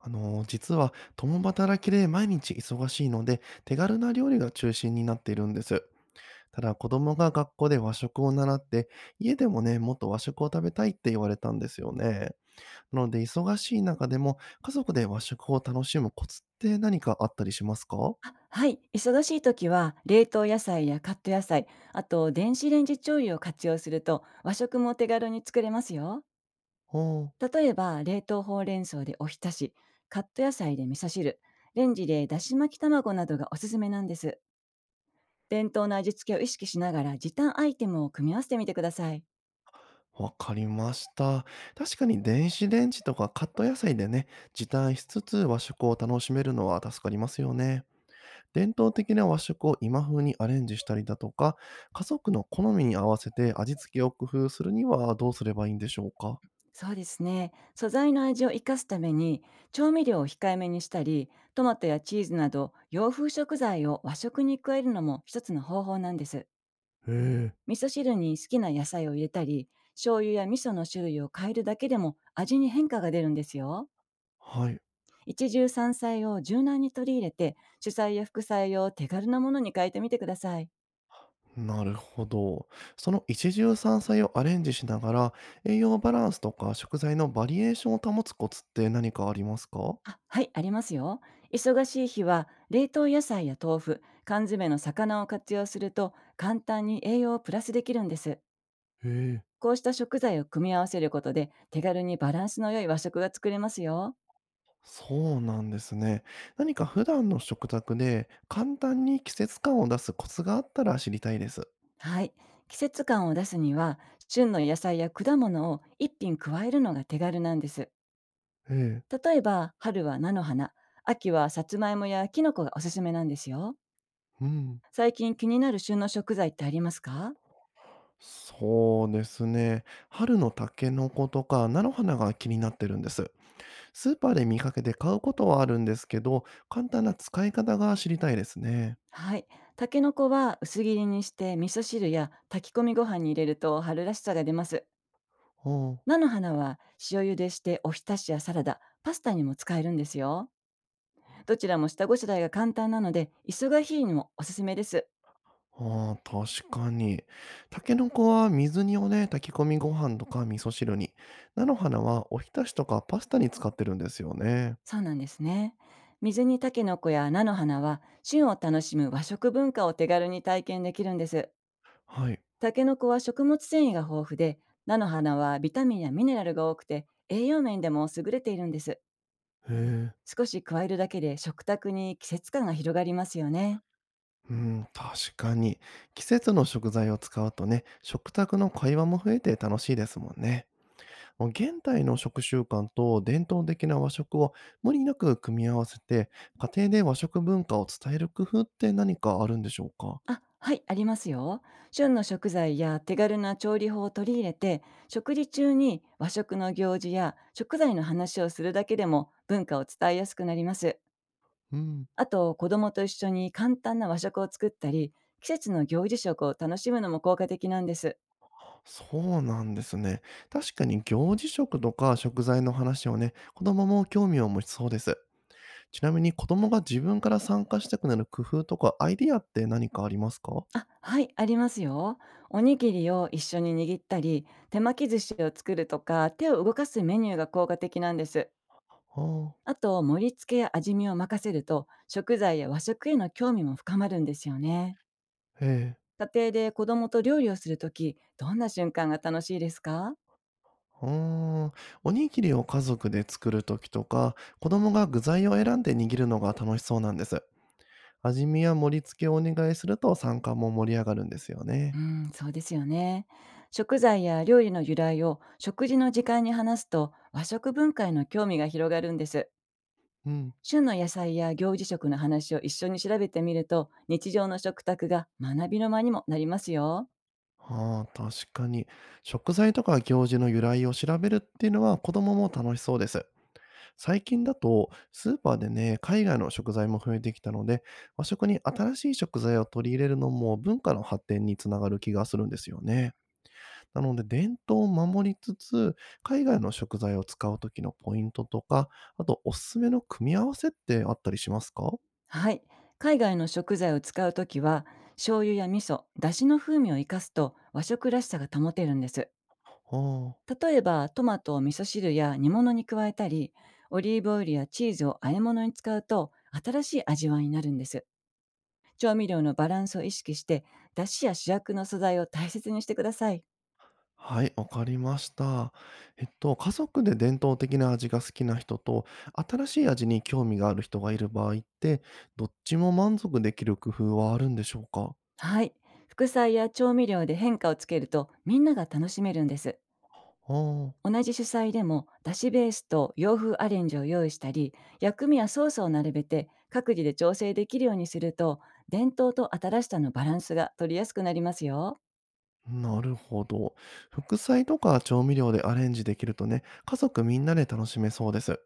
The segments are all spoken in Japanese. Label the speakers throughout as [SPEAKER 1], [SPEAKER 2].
[SPEAKER 1] 実は共働きで毎日忙しいので、手軽な料理が中心になっているんです。ただ子供が学校で和食を習って、家でもね、もっと和食を食べたいって言われたんですよね。なので忙しい中でも家族で和食を楽しむコツって何かあったりしますか？
[SPEAKER 2] あ、はい。忙しい時は、冷凍野菜やカット野菜、あと電子レンジ調理を活用すると、和食も手軽に作れますよ。
[SPEAKER 1] うん。
[SPEAKER 2] 例えば、冷凍ほうれん草でおひたし、カット野菜で味噌汁、レンジでだし巻き卵などがおすすめなんです。伝統の味付けを意識しながら、時短アイテムを組み合わせてみてください。
[SPEAKER 1] わかりました。確かに電子レンジとかカット野菜でね、時短しつつ和食を楽しめるのは助かりますよね。伝統的な和食を今風にアレンジしたりだとか、家族の好みに合わせて味付けを工夫するにはどうすればいいんでしょうか？
[SPEAKER 2] そうですね。素材の味を生かすために、調味料を控えめにしたり、トマトやチーズなど洋風食材を和食に加えるのも一つの方法なんです。
[SPEAKER 1] へえ。
[SPEAKER 2] 味噌汁に好きな野菜を入れたり、醤油や味噌の種類を変えるだけでも味に変化が出るんですよ。
[SPEAKER 1] はい、
[SPEAKER 2] 一汁三菜を柔軟に取り入れて、主菜や副菜を手軽なものに変えてみてください。
[SPEAKER 1] なるほど。その一汁三菜をアレンジしながら、栄養バランスとか食材のバリエーションを保つコツって何かありますか？
[SPEAKER 2] あ、はい、ありますよ。忙しい日は冷凍野菜や豆腐、缶詰の魚を活用すると簡単に栄養をプラスできるんです。
[SPEAKER 1] へえ。
[SPEAKER 2] こうした食材を組み合わせることで手軽にバランスの良い和食が作れますよ。
[SPEAKER 1] そうなんですね。何か普段の食卓で簡単に季節感を出すコツがあったら知りたいです。
[SPEAKER 2] はい。季節感を出すには、旬の野菜や果物を一品加えるのが手軽なんです。
[SPEAKER 1] ええ。
[SPEAKER 2] 例えば、春は菜の花、秋はさつまいもやきのこがおすすめなんですよ。
[SPEAKER 1] うん。
[SPEAKER 2] 最近気になる旬の食材ってありますか？
[SPEAKER 1] そうですね。春のタケノコとか菜の花が気になってるんです。スーパーで見かけて買うことはあるんですけど、簡単な使い方が知りたいですね。
[SPEAKER 2] はい。たけのこは薄切りにして味噌汁や炊き込みご飯に入れると春らしさが出ます。
[SPEAKER 1] は
[SPEAKER 2] 菜の花は塩茹でしておひたしやサラダ、パスタにも使えるんですよ。どちらも下ごしらえが簡単なので、忙しい日にもおすすめです。
[SPEAKER 1] あ、ああ、確かに。タケノコは水煮をね、炊き込みご飯とか味噌汁に。菜の花はおひたしとかパスタに使ってるんですよね。
[SPEAKER 2] そうなんですね。水煮タケノコや菜の花は旬を楽しむ和食文化を手軽に体験できるんです。
[SPEAKER 1] はい。
[SPEAKER 2] タケノコは食物繊維が豊富で、菜の花はビタミンやミネラルが多くて栄養面でも優れているんです。
[SPEAKER 1] へえ。
[SPEAKER 2] 少し加えるだけで食卓に季節感が広がりますよね。
[SPEAKER 1] うん、確かに。季節の食材を使うとね、食卓の会話も増えて楽しいですもんね。現代の食習慣と伝統的な和食を無理なく組み合わせて、家庭で和食文化を伝える工夫って何かあるんでしょうか？
[SPEAKER 2] あ、はい、ありますよ。旬の食材や手軽な調理法を取り入れて、食事中に和食の行事や食材の話をするだけでも文化を伝えやすくなります。
[SPEAKER 1] うん、
[SPEAKER 2] あと、子供と一緒に簡単な和食を作ったり、季節の行事食を楽しむのも効果的なんです。
[SPEAKER 1] そうなんですね。確かに行事食とか食材の話をね、子供も興味を持ちそうです。ちなみに子供が自分から参加したくなる工夫とかアイディアって何かありますか？
[SPEAKER 2] あ、はい、ありますよ。おにぎりを一緒に握ったり、手巻き寿司を作るとか、手を動かすメニューが効果的なんです。
[SPEAKER 1] ああ、
[SPEAKER 2] あと、盛り付けや味見を任せると、食材や和食への興味も深まるんですよね。
[SPEAKER 1] ええ。
[SPEAKER 2] 家庭で子供と料理をするとき、どんな瞬間が楽しいですか？
[SPEAKER 1] うーん。おにぎりを家族で作る時とか、子供が具材を選んで握るのが楽しそうなんです。味見や盛り付けをお願いすると参加も盛り上がるんですよ
[SPEAKER 2] う
[SPEAKER 1] ね。
[SPEAKER 2] ん、そうですよね。食材や料理の由来を食事の時間に話すと和食文化への興味が広がるんです。
[SPEAKER 1] うん。
[SPEAKER 2] 旬の野菜や行事食の話を一緒に調べてみると日常の食卓が学びの間にもなりますよ。
[SPEAKER 1] ああ、確かに。食材とか行事の由来を調べるっていうのは子供も楽しそうです。最近だとスーパーでね、海外の食材も増えてきたので、和食に新しい食材を取り入れるのも文化の発展につながる気がするんですよね。なので伝統を守りつつ、海外の食材を使う時のポイントとか、あとおすすめの組み合わせってあったりしますか？は
[SPEAKER 2] はい。海外の食材を使うときは醤油や味噌、だしの風味を生かすと和食らしさが保てるんです。
[SPEAKER 1] あ。
[SPEAKER 2] 例えばトマトを味噌汁や煮物に加えたり、オリーブオイルやチーズを和え物に使うと新しい味わいになるんです。調味料のバランスを意識して、出汁や主役の素材を大切にしてください。
[SPEAKER 1] はい、わかりました。えっと、家族で伝統的な味が好きな人と、新しい味に興味がある人がいる場合って、どっちも満足できる工夫はあるんでしょうか？
[SPEAKER 2] はい。副菜や調味料で変化をつけると、みんなが楽しめるんです。
[SPEAKER 1] あ
[SPEAKER 2] 同じ主菜でも、出汁ベースと洋風アレンジを用意したり、薬味やソースを並べて、各自で調整できるようにすると、伝統と新しさのバランスが取りやすくなりますよ。
[SPEAKER 1] あ、なるほど。副菜とか調味料でアレンジできるとね、家族みんなで楽しめそうです。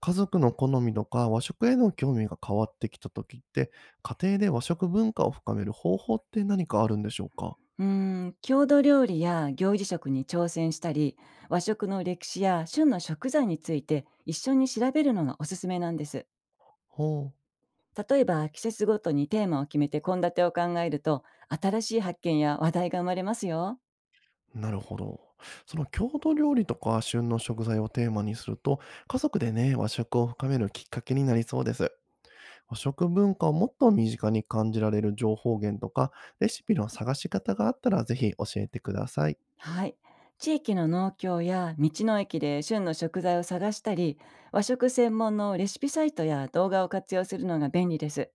[SPEAKER 1] 家族の好みとか和食への興味が変わってきた時って、家庭で和食文化を深める方法って何かあるんでしょうか？
[SPEAKER 2] うーん、郷土料理や行事食に挑戦したり、和食の歴史や旬の食材について一緒に調べるのがおすすめなんです。
[SPEAKER 1] はあ。
[SPEAKER 2] 例えば季節ごとにテーマを決めて献立を考えると、新しい発見や話題が生まれますよ。
[SPEAKER 1] なるほど。その郷土料理とか旬の食材をテーマにすると、家族でね、和食を深めるきっかけになりそうです。和食文化をもっと身近に感じられる情報源とか、レシピの探し方があったらぜひ教えてください。
[SPEAKER 2] はい。地域の農協や道の駅で旬の食材を探したり、和食専門のレシピサイトや動画を活用するのが便利です。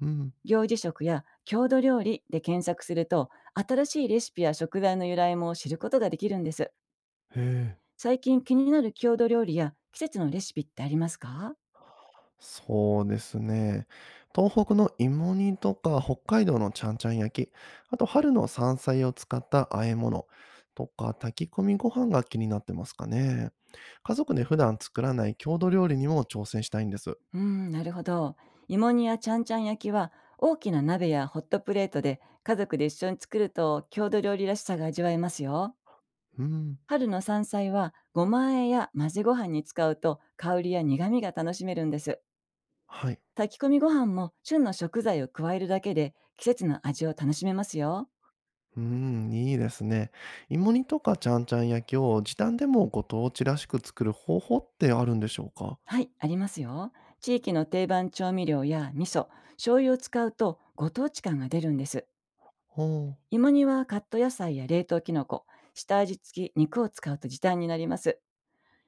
[SPEAKER 1] うん。
[SPEAKER 2] 行事食や郷土料理で検索すると新しいレシピや食材の由来も知ることができるんです。
[SPEAKER 1] へえ、
[SPEAKER 2] 最近気になる郷土料理や季節のレシピってありますか？
[SPEAKER 1] そうですね。東北の芋煮とか北海道のちゃんちゃん焼き、あと春の山菜を使った和え物とか炊き込みご飯が気になってますかね。家族で普段作らない郷土料理にも挑戦したいんです。
[SPEAKER 2] うーん、なるほど。芋煮やちゃんちゃん焼きは大きな鍋やホットプレートで家族で一緒に作ると郷土料理らしさが味わえますよ。
[SPEAKER 1] うん。
[SPEAKER 2] 春の山菜はごま和えや混ぜご飯に使うと香りや苦味が楽しめるんです。
[SPEAKER 1] はい。
[SPEAKER 2] 炊き込みご飯も旬の食材を加えるだけで季節の味を楽しめますよ。
[SPEAKER 1] うん、いいですね。芋煮とかちゃんちゃん焼きを時短でもご当地らしく作る方法ってあるんでしょうか？
[SPEAKER 2] はい、ありますよ。地域の定番調味料や味噌、醤油を使うとご当地感が出るんです。
[SPEAKER 1] ほう。
[SPEAKER 2] 芋煮はカット野菜や冷凍キノコ、下味付き肉を使うと時短になります。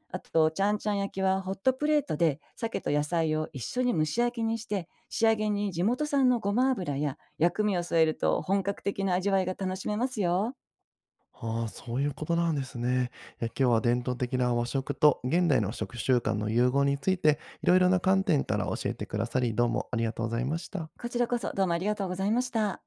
[SPEAKER 2] あと、ちゃんちゃん焼きはホットプレートで鮭と野菜を一緒に蒸し焼きにして、仕上げに地元産のごま油や薬味を添えると本格的な味わいが楽しめますよ。
[SPEAKER 1] ああ、そういうことなんですね。いや、今日は伝統的な和食と現代の食習慣の融合について、いろいろな観点から教えてくださり、どうもありがとうございました。
[SPEAKER 2] こちらこそどうもありがとうございました。